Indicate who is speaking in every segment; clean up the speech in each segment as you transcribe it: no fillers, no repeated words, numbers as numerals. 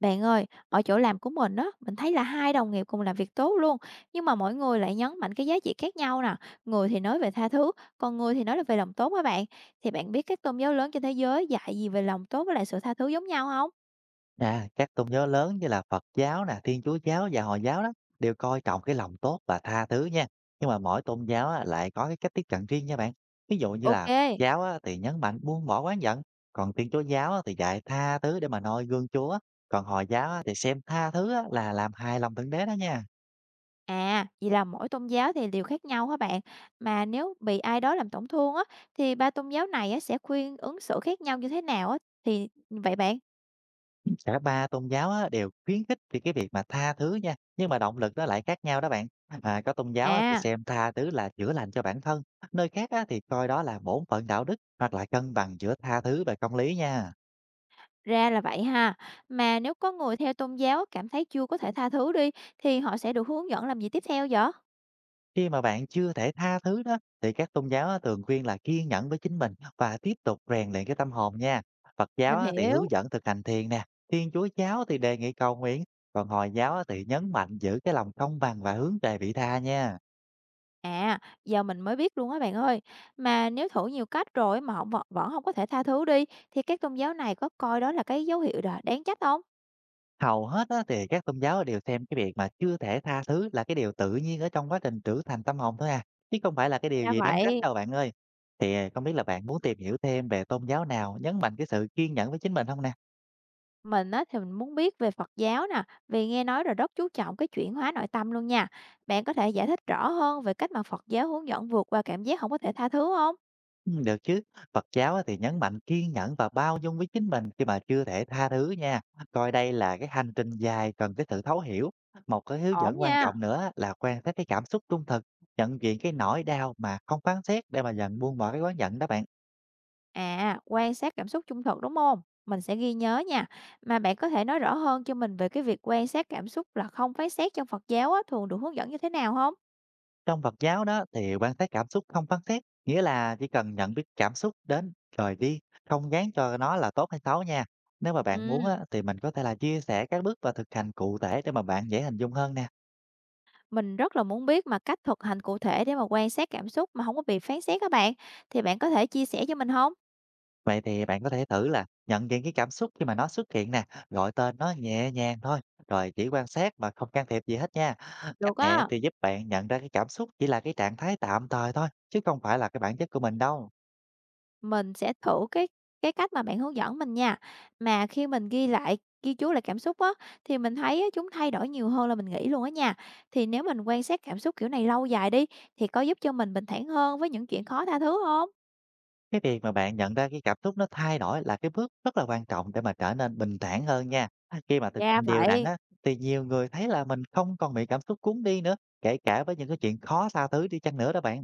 Speaker 1: Bạn ơi, ở chỗ làm của mình á, mình thấy là hai đồng nghiệp cùng làm việc tốt luôn, nhưng mà mỗi người lại nhấn mạnh cái giá trị khác nhau nè. Người thì nói về tha thứ, còn người thì nói là về lòng tốt á bạn. Thì bạn biết các tôn giáo lớn trên thế giới dạy gì về lòng tốt với lại sự tha thứ giống nhau không?
Speaker 2: À, các tôn giáo lớn như là Phật giáo nè, Thiên Chúa giáo và Hồi giáo đó đều coi trọng cái lòng tốt và tha thứ nha. Nhưng mà mỗi tôn giáo á, lại có cái cách tiếp cận riêng nha bạn. Ví dụ như
Speaker 1: Ok.
Speaker 2: là Phật giáo á, thì nhấn mạnh buông bỏ oán giận, còn Thiên Chúa giáo á, thì dạy tha thứ để mà noi gương Chúa, còn Hồi giáo á, thì xem tha thứ á, là làm hài lòng Thượng Đế đó nha.
Speaker 1: À, vậy là mỗi tôn giáo thì đều khác nhau hả bạn? Mà nếu bị ai đó làm tổn thương á, thì ba tôn giáo này á, sẽ khuyên ứng xử khác nhau như thế nào á? Thì vậy bạn.
Speaker 2: Cả ba tôn giáo á, đều khuyến khích thì cái việc mà tha thứ nha, nhưng mà động lực nó lại khác nhau đó bạn. À, có tôn giáo á, thì
Speaker 1: À,
Speaker 2: xem tha thứ là chữa lành cho bản thân, nơi khác á, thì coi đó là bổn phận đạo đức hoặc là cân bằng giữa tha thứ và công lý nha.
Speaker 1: ra là vậy ha. Mà nếu có người theo tôn giáo cảm thấy chưa có thể tha thứ đi thì họ sẽ được hướng dẫn làm gì tiếp theo vậy?
Speaker 2: Khi mà bạn chưa thể tha thứ đó thì các tôn giáo á, thường khuyên là kiên nhẫn với chính mình và tiếp tục rèn luyện cái tâm hồn nha. Phật giáo
Speaker 1: Mình
Speaker 2: á, thì
Speaker 1: hiểu.
Speaker 2: hướng dẫn thực hành thiền nè, Thiên Chúa giáo thì đề nghị cầu nguyện, còn Hồi giáo á, thì nhấn mạnh giữ cái lòng công bằng và hướng về vị tha nha.
Speaker 1: À, giờ mình mới biết luôn á bạn ơi. Mà nếu thử nhiều cách rồi mà họ vẫn không có thể tha thứ đi thì các tôn giáo này có coi đó là cái dấu hiệu đáng trách không?
Speaker 2: Hầu hết á, thì các tôn giáo đều xem cái việc mà chưa thể tha thứ là cái điều tự nhiên ở trong quá trình trưởng thành tâm hồn thôi à, chứ không phải là cái điều
Speaker 1: Ra
Speaker 2: gì đáng trách
Speaker 1: vậy.
Speaker 2: đâu bạn ơi. Thì à, không biết là bạn muốn tìm hiểu thêm về tôn giáo nào nhấn mạnh cái sự kiên nhẫn với chính mình không nè?
Speaker 1: Mình á thì mình muốn biết về Phật giáo nè, vì nghe nói là rất chú trọng cái chuyển hóa nội tâm luôn nha. Bạn có thể giải thích rõ hơn về cách mà Phật giáo hướng dẫn vượt qua cảm giác không có thể tha thứ không?
Speaker 2: Ừ, được chứ. Phật giáo á, thì nhấn mạnh kiên nhẫn và bao dung với chính mình khi mà chưa thể tha thứ nha. Coi đây là cái hành trình dài cần cái sự thấu hiểu. Một cái hướng
Speaker 1: Ổn
Speaker 2: dẫn quan
Speaker 1: nha.
Speaker 2: trọng nữa là quan sát cái cảm xúc trung thực, nhận diện cái nỗi đau mà không phán xét để mà dần buông bỏ cái oán giận đó bạn.
Speaker 1: À, quan sát cảm xúc trung thực, đúng không? Mình sẽ ghi nhớ nha. Mà bạn có thể nói rõ hơn cho mình về cái việc quan sát cảm xúc là không phán xét trong Phật giáo á, thường được hướng dẫn như thế nào không?
Speaker 2: Trong Phật giáo đó thì quan sát cảm xúc không phán xét, nghĩa là chỉ cần nhận biết cảm xúc đến rồi đi, không gán cho nó là tốt hay xấu nha. Nếu mà bạn muốn
Speaker 1: Ừm.
Speaker 2: á, thì mình có thể là chia sẻ các bước và thực hành cụ thể để mà bạn dễ hình dung hơn nè.
Speaker 1: Mình rất là muốn biết mà cách thực hành cụ thể để mà quan sát cảm xúc mà không có bị phán xét các bạn, thì bạn có thể chia sẻ cho mình không?
Speaker 2: Vậy thì bạn có thể thử là nhận diện cái cảm xúc khi mà nó xuất hiện nè, gọi tên nó nhẹ nhàng thôi, rồi chỉ quan sát mà không can thiệp gì hết nha. Cách
Speaker 1: Được
Speaker 2: này
Speaker 1: á.
Speaker 2: thì giúp bạn nhận ra cái cảm xúc chỉ là cái trạng thái tạm thời thôi, chứ không phải là cái bản chất của mình đâu.
Speaker 1: Mình sẽ thử cái cách mà bạn hướng dẫn mình nha. Mà khi mình ghi chú lại cảm xúc á, thì mình thấy á, chúng thay đổi nhiều hơn là mình nghĩ luôn á nha. Thì nếu mình quan sát cảm xúc kiểu này lâu dài đi, thì có giúp cho mình bình thản hơn với những chuyện khó tha thứ không?
Speaker 2: Cái việc mà bạn nhận ra cái cảm xúc nó thay đổi là cái bước rất là quan trọng để mà trở nên bình thản hơn nha. À, khi mà thực
Speaker 1: Ra
Speaker 2: hành đều đặn
Speaker 1: vậy.
Speaker 2: á, thì nhiều người thấy là mình không còn bị cảm xúc cuốn đi nữa, kể cả với những cái chuyện khó tha thứ đi chăng nữa đó bạn.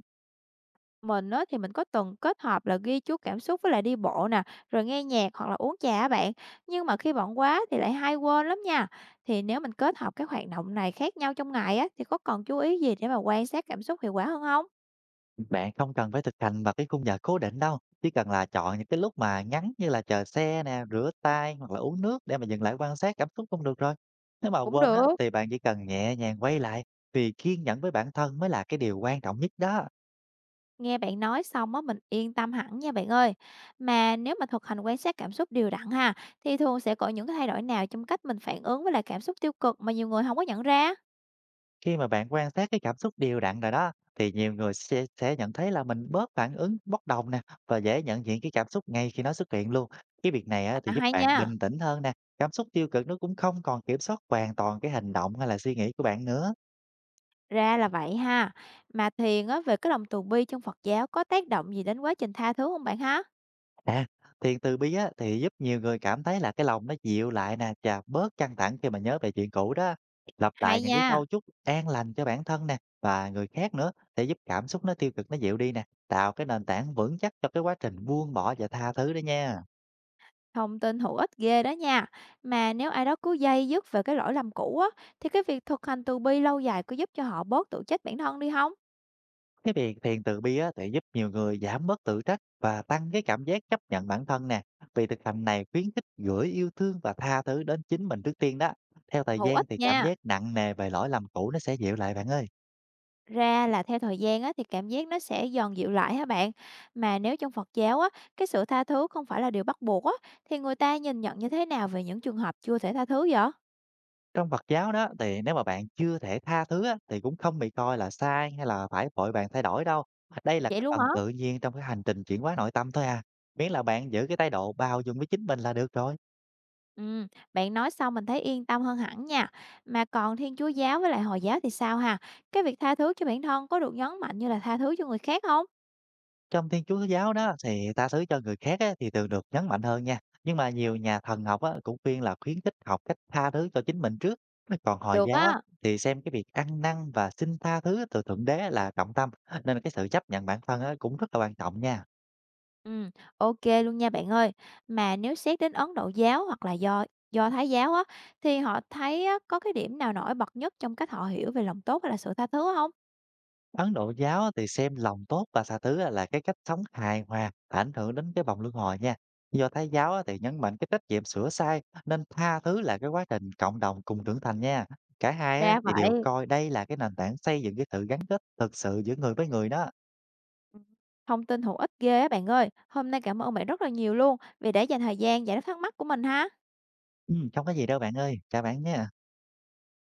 Speaker 1: Mình á, thì mình có từng kết hợp là ghi chú cảm xúc với lại đi bộ nè, rồi nghe nhạc hoặc là uống trà á bạn. Nhưng mà khi bận quá thì lại hay quên lắm nha. Thì nếu mình kết hợp các hoạt động này khác nhau trong ngày á, thì có cần chú ý gì để mà quan sát cảm xúc hiệu quả hơn không?
Speaker 2: Bạn không cần phải thực hành vào cái khung giờ cố định đâu, chỉ cần là chọn những cái lúc mà ngắn như là chờ xe nè, rửa tay hoặc là uống nước để mà dừng lại quan sát cảm xúc cũng được rồi. Nếu mà
Speaker 1: Cũng
Speaker 2: quên á,
Speaker 1: được.
Speaker 2: thì bạn chỉ cần nhẹ nhàng quay lại vì kiên nhẫn với bản thân mới là cái điều quan trọng nhất đó.
Speaker 1: Nghe bạn nói xong á, mình yên tâm hẳn nha bạn ơi. Mà nếu mà thực hành quan sát cảm xúc đều đặn ha, thì thường sẽ có những cái thay đổi nào trong cách mình phản ứng với lại cảm xúc tiêu cực mà nhiều người không có nhận ra?
Speaker 2: Khi mà bạn quan sát cái cảm xúc đều đặn rồi đó, thì nhiều người sẽ nhận thấy là mình bớt phản ứng bốc đồng nè và dễ nhận diện cái cảm xúc ngay khi nó xuất hiện luôn. Cái việc này á, thì
Speaker 1: À,
Speaker 2: giúp
Speaker 1: hay
Speaker 2: bạn
Speaker 1: nha.
Speaker 2: bình tĩnh hơn nè, cảm xúc tiêu cực nó cũng không còn kiểm soát hoàn toàn cái hành động hay là suy nghĩ của bạn nữa.
Speaker 1: Ra là vậy ha. Mà thiền á, về cái lòng từ bi trong Phật giáo có tác động gì đến quá trình tha thứ không bạn ha?
Speaker 2: À, thiền từ bi á thì giúp nhiều người cảm thấy là cái lòng nó dịu lại nè và bớt căng thẳng khi mà nhớ về chuyện cũ đó. Lặp lại
Speaker 1: Hay
Speaker 2: những cái
Speaker 1: nha.
Speaker 2: câu chúc an lành cho bản thân nè và người khác nữa để giúp cảm xúc nó tiêu cực nó dịu đi nè, tạo cái nền tảng vững chắc cho cái quá trình buông bỏ và tha thứ đó nha.
Speaker 1: Thông tin hữu ích ghê đó nha. Mà nếu ai đó cứ day dứt về cái lỗi lầm cũ á, thì cái việc thực hành từ bi lâu dài có giúp cho họ bớt tự trách bản thân đi không?
Speaker 2: Cái việc thiền từ bi á thì giúp nhiều người giảm bớt tự trách và tăng cái cảm giác chấp nhận bản thân nè. Vì thực hành này khuyến khích gửi yêu thương và tha thứ đến chính mình trước tiên đó. Theo thời
Speaker 1: Hữu
Speaker 2: gian
Speaker 1: ích
Speaker 2: thì cảm
Speaker 1: nha.
Speaker 2: giác nặng nề về lỗi lầm cũ nó sẽ dịu lại bạn ơi.
Speaker 1: Ra là theo thời gian á, thì cảm giác nó sẽ dần dịu lại hả bạn? Mà nếu trong Phật giáo á, cái sự tha thứ không phải là điều bắt buộc á, thì người ta nhìn nhận như thế nào về những trường hợp chưa thể tha thứ vậy?
Speaker 2: Trong Phật giáo đó thì nếu mà bạn chưa thể tha thứ á, thì cũng không bị coi là sai hay là phải vội vàng thay đổi đâu. Đây là
Speaker 1: Vậy
Speaker 2: cái
Speaker 1: luôn
Speaker 2: phần
Speaker 1: hả?
Speaker 2: tự nhiên trong cái hành trình chuyển hóa nội tâm thôi à. Miễn là bạn giữ cái thái độ bao dung với chính mình là được rồi.
Speaker 1: Ừ, bạn nói xong mình thấy yên tâm hơn hẳn nha. Mà còn Thiên Chúa giáo với lại Hồi giáo thì sao ha? Cái việc tha thứ cho bản thân có được nhấn mạnh như là tha thứ cho người khác không?
Speaker 2: Trong Thiên Chúa giáo đó thì tha thứ cho người khác á, thì thường được nhấn mạnh hơn nha. Nhưng mà nhiều nhà thần học á, cũng khuyên là khuyến khích học cách tha thứ cho chính mình trước. Còn Hồi
Speaker 1: Được
Speaker 2: giáo á,
Speaker 1: á.
Speaker 2: thì xem cái việc ăn năn và xin tha thứ từ Thượng Đế là trọng tâm. Nên cái sự chấp nhận bản thân á, cũng rất là quan trọng nha.
Speaker 1: Ừm, ok luôn nha bạn ơi. Mà nếu xét đến Ấn Độ giáo hoặc là Do Thái giáo á, thì họ thấy á có cái điểm nào nổi bật nhất trong cách họ hiểu về lòng tốt hay là sự tha thứ không?
Speaker 2: Ấn Độ giáo á thì xem lòng tốt và tha thứ á là cái cách sống hài hòa ảnh hưởng đến cái vòng luân hồi nha. Do Thái giáo á thì nhấn mạnh cái trách nhiệm sửa sai nên tha thứ là cái quá trình cộng đồng cùng trưởng thành nha. Cả hai á
Speaker 1: Ra
Speaker 2: thì đều
Speaker 1: vậy.
Speaker 2: coi đây là cái nền tảng xây dựng cái sự gắn kết thực sự giữa người với người đó.
Speaker 1: Ừm. Thông tin hữu ích ghê á bạn ơi. Hôm nay cảm ơn bạn rất là nhiều luôn vì đã dành thời gian giải đáp thắc mắc của mình ha.
Speaker 2: Ừ, không có gì đâu bạn ơi, chào bạn nha.